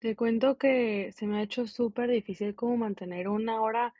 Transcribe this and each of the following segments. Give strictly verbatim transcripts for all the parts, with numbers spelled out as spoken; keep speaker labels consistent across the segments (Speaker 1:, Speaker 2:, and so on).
Speaker 1: Te cuento que se me ha hecho súper difícil como mantener una hora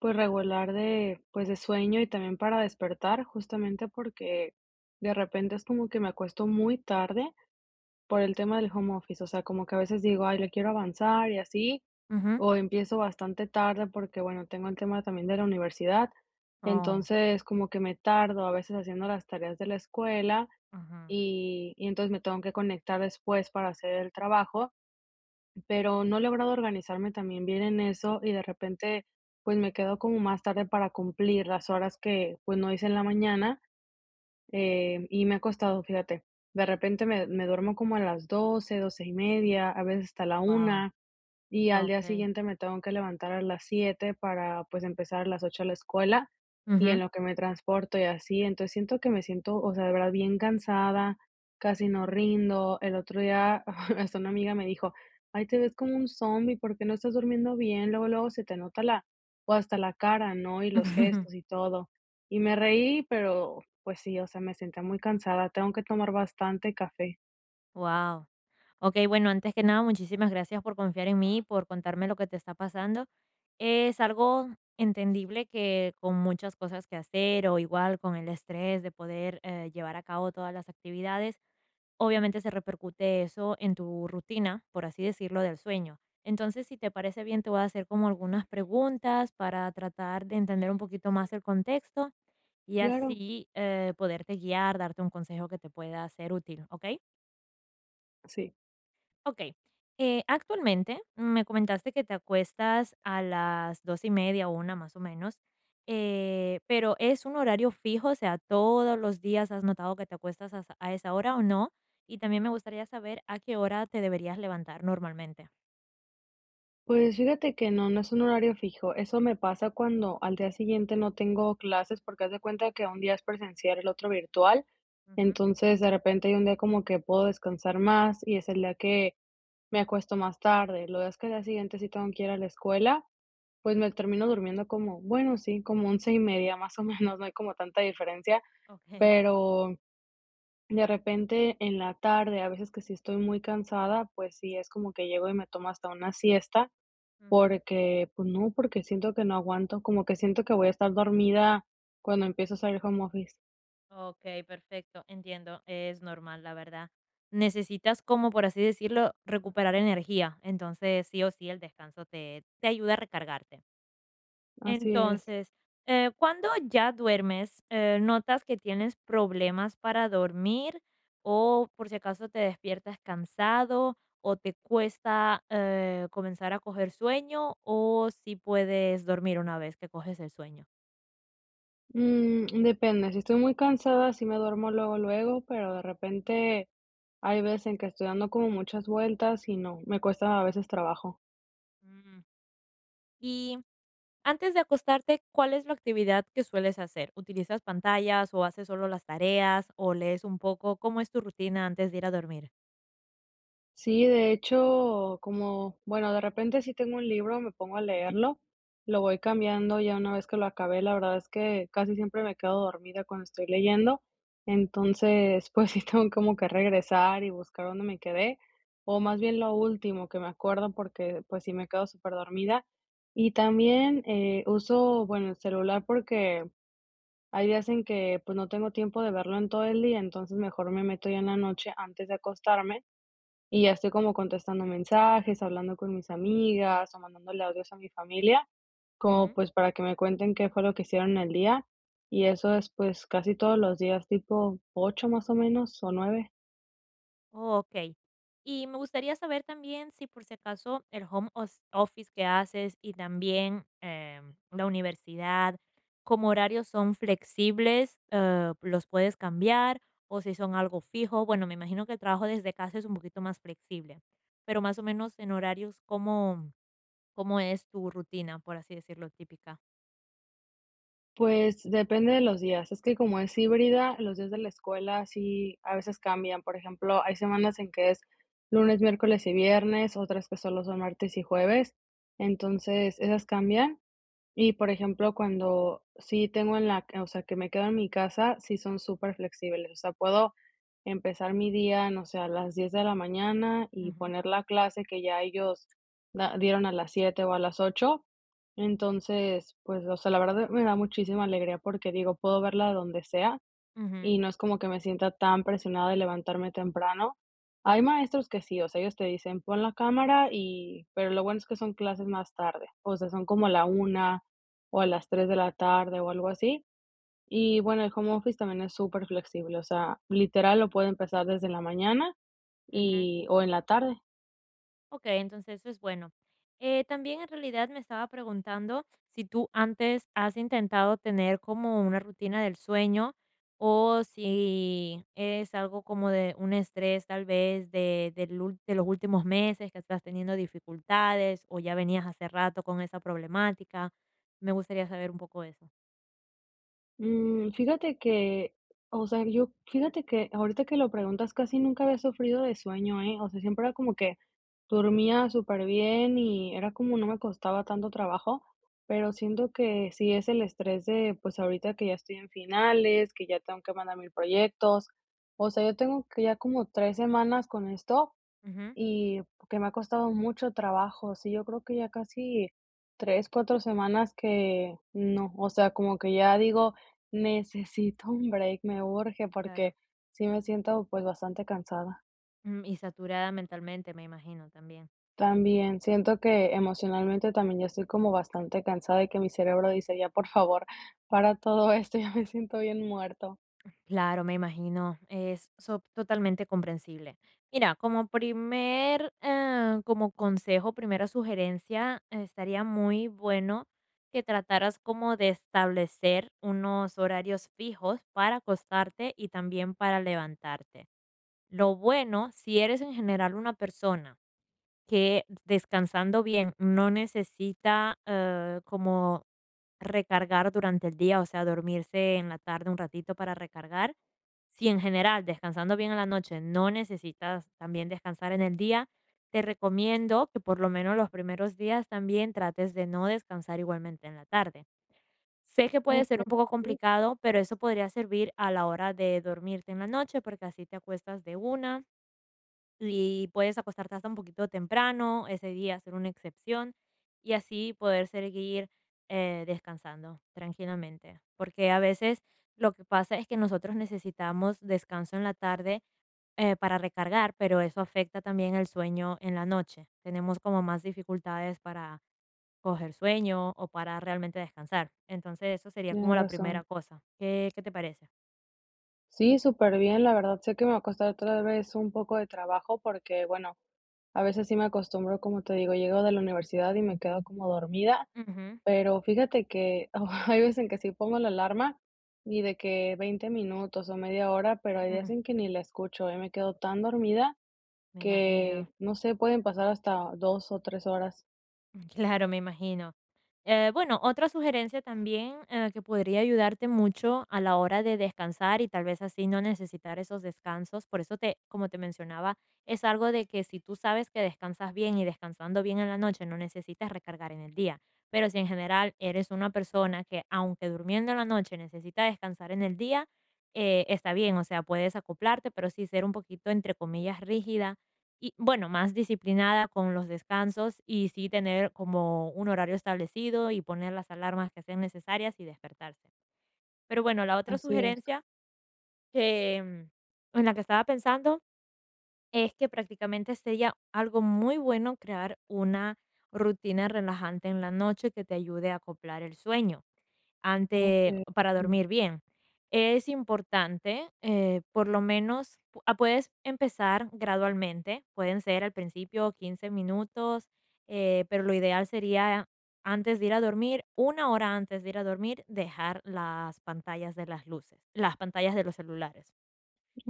Speaker 1: pues regular de pues de sueño y también para despertar, justamente porque de repente es como que me acuesto muy tarde por el tema del home office, o sea, como que a veces digo, ay, le quiero avanzar y así,
Speaker 2: Ujú.
Speaker 1: o empiezo bastante tarde porque bueno, tengo el tema también de la universidad,
Speaker 2: Oh,
Speaker 1: entonces como que me tardo a veces haciendo las tareas de la escuela
Speaker 2: ujú.
Speaker 1: y, y entonces me tengo que conectar después para hacer el trabajo, pero no he logrado organizarme también bien en eso y de repente, pues me quedo como más tarde para cumplir las horas que, pues no hice en la mañana, eh, y me ha costado, fíjate. De repente me, me duermo como a las doce, doce y media, a veces hasta la
Speaker 2: Guau,
Speaker 1: una, y al día
Speaker 2: okey.
Speaker 1: siguiente me tengo que levantar a las siete para, pues, empezar a las ocho a la escuela y en
Speaker 2: Ujú.
Speaker 1: lo que me transporto y así. Entonces, siento que me siento, o sea, de verdad bien cansada, casi no rindo. El otro día hasta una amiga me dijo: "Ay, te ves como un zombie. ¿Por qué no estás durmiendo bien? Luego, luego se te nota la o hasta la cara, ¿no? Y los gestos y todo". Y me reí, pero, pues sí, o sea, me sentía muy cansada. Tengo que tomar bastante café.
Speaker 2: Wow. Okey, bueno, antes que nada, muchísimas gracias por confiar en mí, por contarme lo que te está pasando. Es algo entendible que con muchas cosas que hacer o igual con el estrés de poder, eh, llevar a cabo todas las actividades, obviamente se repercute eso en tu rutina, por así decirlo, del sueño. Entonces, si te parece bien, te voy a hacer como algunas preguntas para tratar de entender un poquito más el contexto y
Speaker 1: Claro,
Speaker 2: así eh, poderte guiar, darte un consejo que te pueda ser útil, ¿ok?
Speaker 1: sí.
Speaker 2: Ok. Eh, actualmente me comentaste que te acuestas a las dos y media o una más o menos, eh, pero ¿es un horario fijo? O sea, ¿todos los días has notado que te acuestas a, esa a esa hora o no? Y también me gustaría saber a qué hora te deberías levantar normalmente.
Speaker 1: Pues fíjate que no, no es un horario fijo. Eso me pasa cuando al día siguiente no tengo clases, porque haz de cuenta que un día es presencial, el otro virtual.
Speaker 2: Ujú.
Speaker 1: Entonces, de repente hay un día como que puedo descansar más y es el día que me acuesto más tarde. Lo días que al día siguiente sí tengo que ir a la escuela, pues me termino durmiendo como, bueno, sí, como once y media más o menos, no hay como tanta diferencia,
Speaker 2: Ok.
Speaker 1: pero de repente en la tarde, a veces que sí estoy muy cansada, pues sí es como que llego y me tomo hasta una siesta
Speaker 2: Ujú.
Speaker 1: porque, pues no, porque siento que no aguanto, como que siento que voy a estar dormida cuando empiezo a salir home office.
Speaker 2: Okey, perfecto, entiendo, es normal, la verdad. Necesitas, como por así decirlo, recuperar energía, entonces, sí o sí, el descanso te te ayuda a recargarte.
Speaker 1: Así es.
Speaker 2: Entonces, eh, cuando ya duermes, eh, ¿notas que tienes problemas para dormir o, por si acaso, te despiertas cansado o te cuesta, eh, comenzar a coger sueño o si puedes dormir una vez que coges el sueño?
Speaker 1: Mm, depende, si estoy muy cansada, sí me duermo luego, luego, pero de repente hay veces en que estoy dando como muchas vueltas y no, me cuesta a veces trabajo.
Speaker 2: Mm, y Antes de acostarte, ¿cuál es la actividad que sueles hacer? ¿Utilizas pantallas o haces solo las tareas o lees un poco? ¿Cómo es tu rutina antes de ir a dormir?
Speaker 1: Sí, de hecho, como, bueno, de repente si tengo un libro, me pongo a leerlo, lo voy cambiando ya una vez que lo acabé. La verdad es que casi siempre me quedo dormida cuando estoy leyendo, entonces, pues sí tengo como que regresar y buscar dónde me quedé, o más bien lo último que me acuerdo porque pues sí me quedo súper dormida. Y también eh, uso, bueno, el celular porque hay días en que pues no tengo tiempo de verlo en todo el día, entonces mejor me meto ya en la noche antes de acostarme y ya estoy como contestando mensajes, hablando con mis amigas o mandándole audios a mi familia, como
Speaker 2: Ujú.
Speaker 1: pues para que me cuenten qué fue lo que hicieron el día. Y eso es pues casi todos los días, tipo ocho más o menos o nueve.
Speaker 2: Oh, ok. Y me gustaría saber también si por si acaso el home os- office que haces y también em, la universidad, como horarios son flexibles, eh, los puedes cambiar o si son algo fijo. Bueno, me imagino que el trabajo desde casa es un poquito más flexible, pero más o menos en horarios, como ¿cómo es tu rutina, por así decirlo, típica?
Speaker 1: Pues depende de los días. Es que como es híbrida, los días de la escuela sí a veces cambian. Por ejemplo, hay semanas en que es lunes, miércoles y viernes, otras que solo son martes y jueves. Entonces, esas cambian. Y, por ejemplo, cuando sí tengo en la o sea, que me quedo en mi casa, sí son súper flexibles. O sea, puedo empezar mi día, no sé, a las diez de la mañana y
Speaker 2: Ujú,
Speaker 1: poner la clase que ya ellos da dieron a las siete o a las ocho. Entonces, pues, o sea, la verdad me da muchísima alegría porque digo, puedo verla donde sea
Speaker 2: ujú,
Speaker 1: y no es como que me sienta tan presionada de levantarme temprano. Hay maestros que sí, o sea, ellos te dicen: "Pon la cámara", y pero lo bueno es que son clases más tarde, o sea, son como a la una o a las tres de la tarde o algo así. Y bueno, el home office también es súper flexible. O sea, literal lo puede empezar desde la mañana
Speaker 2: ujú.
Speaker 1: y o en la tarde.
Speaker 2: Ok, entonces eso es bueno. Eh, también en realidad me estaba preguntando si tú antes has intentado tener como una rutina del sueño o si es algo como de un estrés tal vez de, del ul- de los últimos meses que estás teniendo dificultades o ya venías hace rato con esa problemática. Me gustaría saber un poco eso.
Speaker 1: Mm, fíjate que, o sea, yo fíjate que ahorita que lo preguntas, casi nunca había sufrido de sueño, ¿eh? O sea, siempre era como que dormía súper bien y era como no me costaba tanto trabajo, pero siento que sí es el estrés de, pues ahorita que ya estoy en finales, que ya tengo que mandar mil proyectos, o sea, yo tengo que ya como tres semanas con esto
Speaker 2: Ujú.
Speaker 1: y que me ha costado mucho trabajo. Sí, yo creo que ya casi tres cuatro semanas que no, o sea, como que ya digo, necesito un break, me urge porque
Speaker 2: Claro.
Speaker 1: sí me siento pues bastante cansada.
Speaker 2: Mm, Y saturada mentalmente, me imagino también.
Speaker 1: También siento que emocionalmente también ya estoy como bastante cansada y que mi cerebro dice, ya por favor, para todo esto, ya me siento bien muerto.
Speaker 2: Claro, me imagino, es so totalmente comprensible. Mira, como primer, eh, como consejo, primera sugerencia, eh, estaría muy bueno que trataras como de establecer unos horarios fijos para acostarte y también para levantarte. Lo bueno, si eres en general una persona que descansando bien, no necesita, eh, como recargar durante el día, o sea, dormirse en la tarde un ratito para recargar. Si en general, descansando bien en la noche, no necesitas también descansar en el día, te recomiendo que por lo menos los primeros días también trates de no descansar igualmente en la tarde. Sé que puede ser
Speaker 1: Okey,
Speaker 2: un poco complicado, pero eso podría servir a la hora de dormirte en la noche, porque así te acuestas de una y puedes acostarte hasta un poquito temprano, ese día hacer una excepción y así poder seguir eh, descansando tranquilamente. Porque a veces lo que pasa es que nosotros necesitamos descanso en la tarde eh, para recargar, pero eso afecta también el sueño en la noche. Tenemos como más dificultades para coger sueño o para realmente descansar. Entonces eso sería
Speaker 1: tienes
Speaker 2: como la primera
Speaker 1: razón.
Speaker 2: cosa. ¿Qué, qué te parece?
Speaker 1: Sí, súper bien la verdad. Sé que me va a costar otra vez un poco de trabajo porque, bueno, a veces sí me acostumbro, como te digo, llego de la universidad y me quedo como dormida,
Speaker 2: Ujú,
Speaker 1: pero fíjate que hay veces en que sí pongo la alarma y de que veinte minutos o media hora, pero hay días
Speaker 2: ujú,
Speaker 1: en que ni la escucho, y me quedo tan dormida
Speaker 2: me
Speaker 1: que,
Speaker 2: imagino.
Speaker 1: no sé, pueden pasar hasta dos o tres horas.
Speaker 2: Claro, me imagino. Eh, bueno, otra sugerencia también eh, que podría ayudarte mucho a la hora de descansar y tal vez así no necesitar esos descansos. Por eso te, como te mencionaba, es algo de que si tú sabes que descansas bien y descansando bien en la noche, no necesitas recargar en el día. Pero si en general eres una persona que, aunque durmiendo en la noche, necesita descansar en el día, eh, está bien, o sea, puedes acoplarte, pero sí ser un poquito, entre comillas, rígida y bueno, más disciplinada con los descansos y sí tener como un horario establecido y poner las alarmas que sean necesarias y despertarse. Pero bueno, la otra
Speaker 1: Así es.
Speaker 2: sugerencia que, mm, en la que estaba pensando es que prácticamente sería algo muy bueno crear una rutina relajante en la noche que te ayude a acoplar el sueño ante
Speaker 1: Okey.
Speaker 2: para
Speaker 1: Mm,
Speaker 2: dormir bien. Es importante, eh, por lo menos, pu- ah, puedes empezar gradualmente, pueden ser al principio quince minutos, eh, pero lo ideal sería antes de ir a dormir, una hora antes de ir a dormir, dejar las pantallas de las luces, las pantallas de los celulares.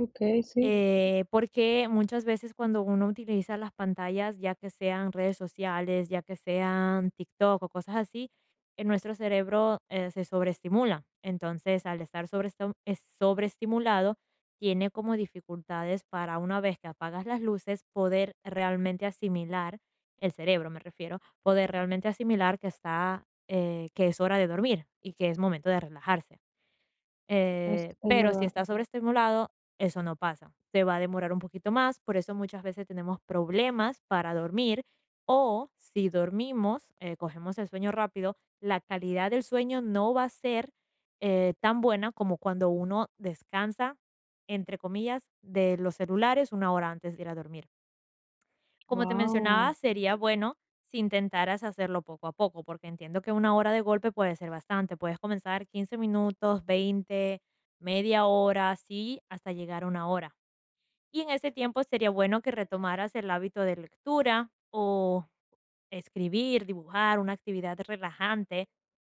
Speaker 1: okey, sí,
Speaker 2: Eh, porque muchas veces cuando uno utiliza las pantallas, ya que sean redes sociales, ya que sean TikTok o cosas así, eh, nuestro cerebro eh, se sobreestimula. Entonces, al estar sobreestim- es- sobreestimulado, tiene como dificultades para una vez que apagas las luces, poder realmente asimilar, el cerebro me refiero, poder realmente asimilar que está, eh, que es hora de dormir y que es momento de relajarse.
Speaker 1: es
Speaker 2: Eh,
Speaker 1: es
Speaker 2: pero si
Speaker 1: verdad.
Speaker 2: está sobreestimulado, eso no pasa. Se va a demorar un poquito más, por eso muchas veces tenemos problemas para dormir o si dormimos, eh, cogemos el sueño rápido, la calidad del sueño no va a ser eh, tan buena como cuando uno descansa, entre comillas, de los celulares una hora antes de ir a dormir. Como te mencionaba,
Speaker 1: Wow.
Speaker 2: sería bueno si intentaras hacerlo poco a poco, porque entiendo que una hora de golpe puede ser bastante. Puedes comenzar quince minutos, veinte, media hora, así hasta llegar a una hora. Y en ese tiempo sería bueno que retomaras el hábito de lectura o escribir, dibujar, una actividad relajante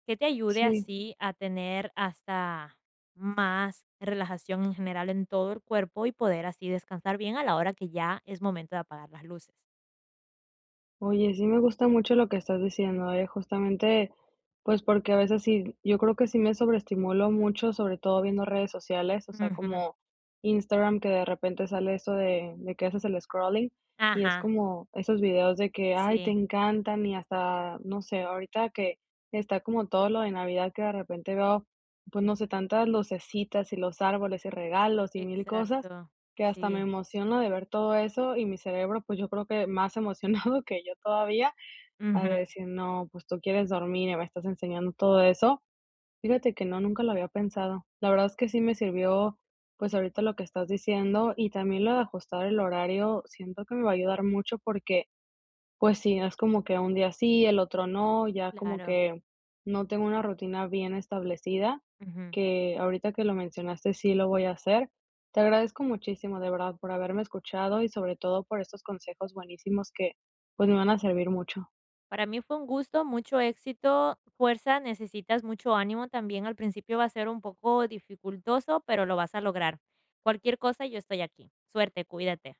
Speaker 2: que te ayude
Speaker 1: Sí.
Speaker 2: así a tener hasta más relajación en general en todo el cuerpo y poder así descansar bien a la hora que ya es momento de apagar las luces.
Speaker 1: Oye, sí me gusta mucho lo que estás diciendo, ¿eh? Justamente, pues porque a veces sí, yo creo que sí me sobreestimulo mucho, sobre todo viendo redes sociales, o sea,
Speaker 2: Ujú.
Speaker 1: como Instagram, que de repente sale esto de, de que haces el scrolling y es
Speaker 2: Ajá,
Speaker 1: como esos videos de que, ay, te
Speaker 2: sí,
Speaker 1: encantan y hasta, no sé, ahorita que está como todo lo de Navidad que de repente veo, pues no sé, tantas lucecitas y los árboles y regalos y mil cosas
Speaker 2: exacto,
Speaker 1: que hasta me
Speaker 2: sí,
Speaker 1: emociona de ver todo eso y mi cerebro, pues, yo creo que más emocionado que yo todavía, a
Speaker 2: ujú,
Speaker 1: decir: "No, pues, tú quieres dormir y me estás enseñando todo eso". Fíjate que no, nunca lo había pensado. La verdad es que sí me sirvió, pues, ahorita lo que estás diciendo, y también lo de ajustar el horario, siento que me va a ayudar mucho porque pues sí, es como que un día sí, el otro no, ya como
Speaker 2: claro,
Speaker 1: que no tengo una rutina bien establecida,
Speaker 2: ujú.
Speaker 1: que ahorita que lo mencionaste sí lo voy a hacer. Te agradezco muchísimo, de verdad, por haberme escuchado y sobre todo por estos consejos buenísimos que pues me van a servir mucho.
Speaker 2: Para mí fue un gusto, mucho éxito, fuerza, necesitas mucho ánimo también, al principio va a ser un poco dificultoso, pero lo vas a lograr. Cualquier cosa, yo estoy aquí. Suerte, cuídate.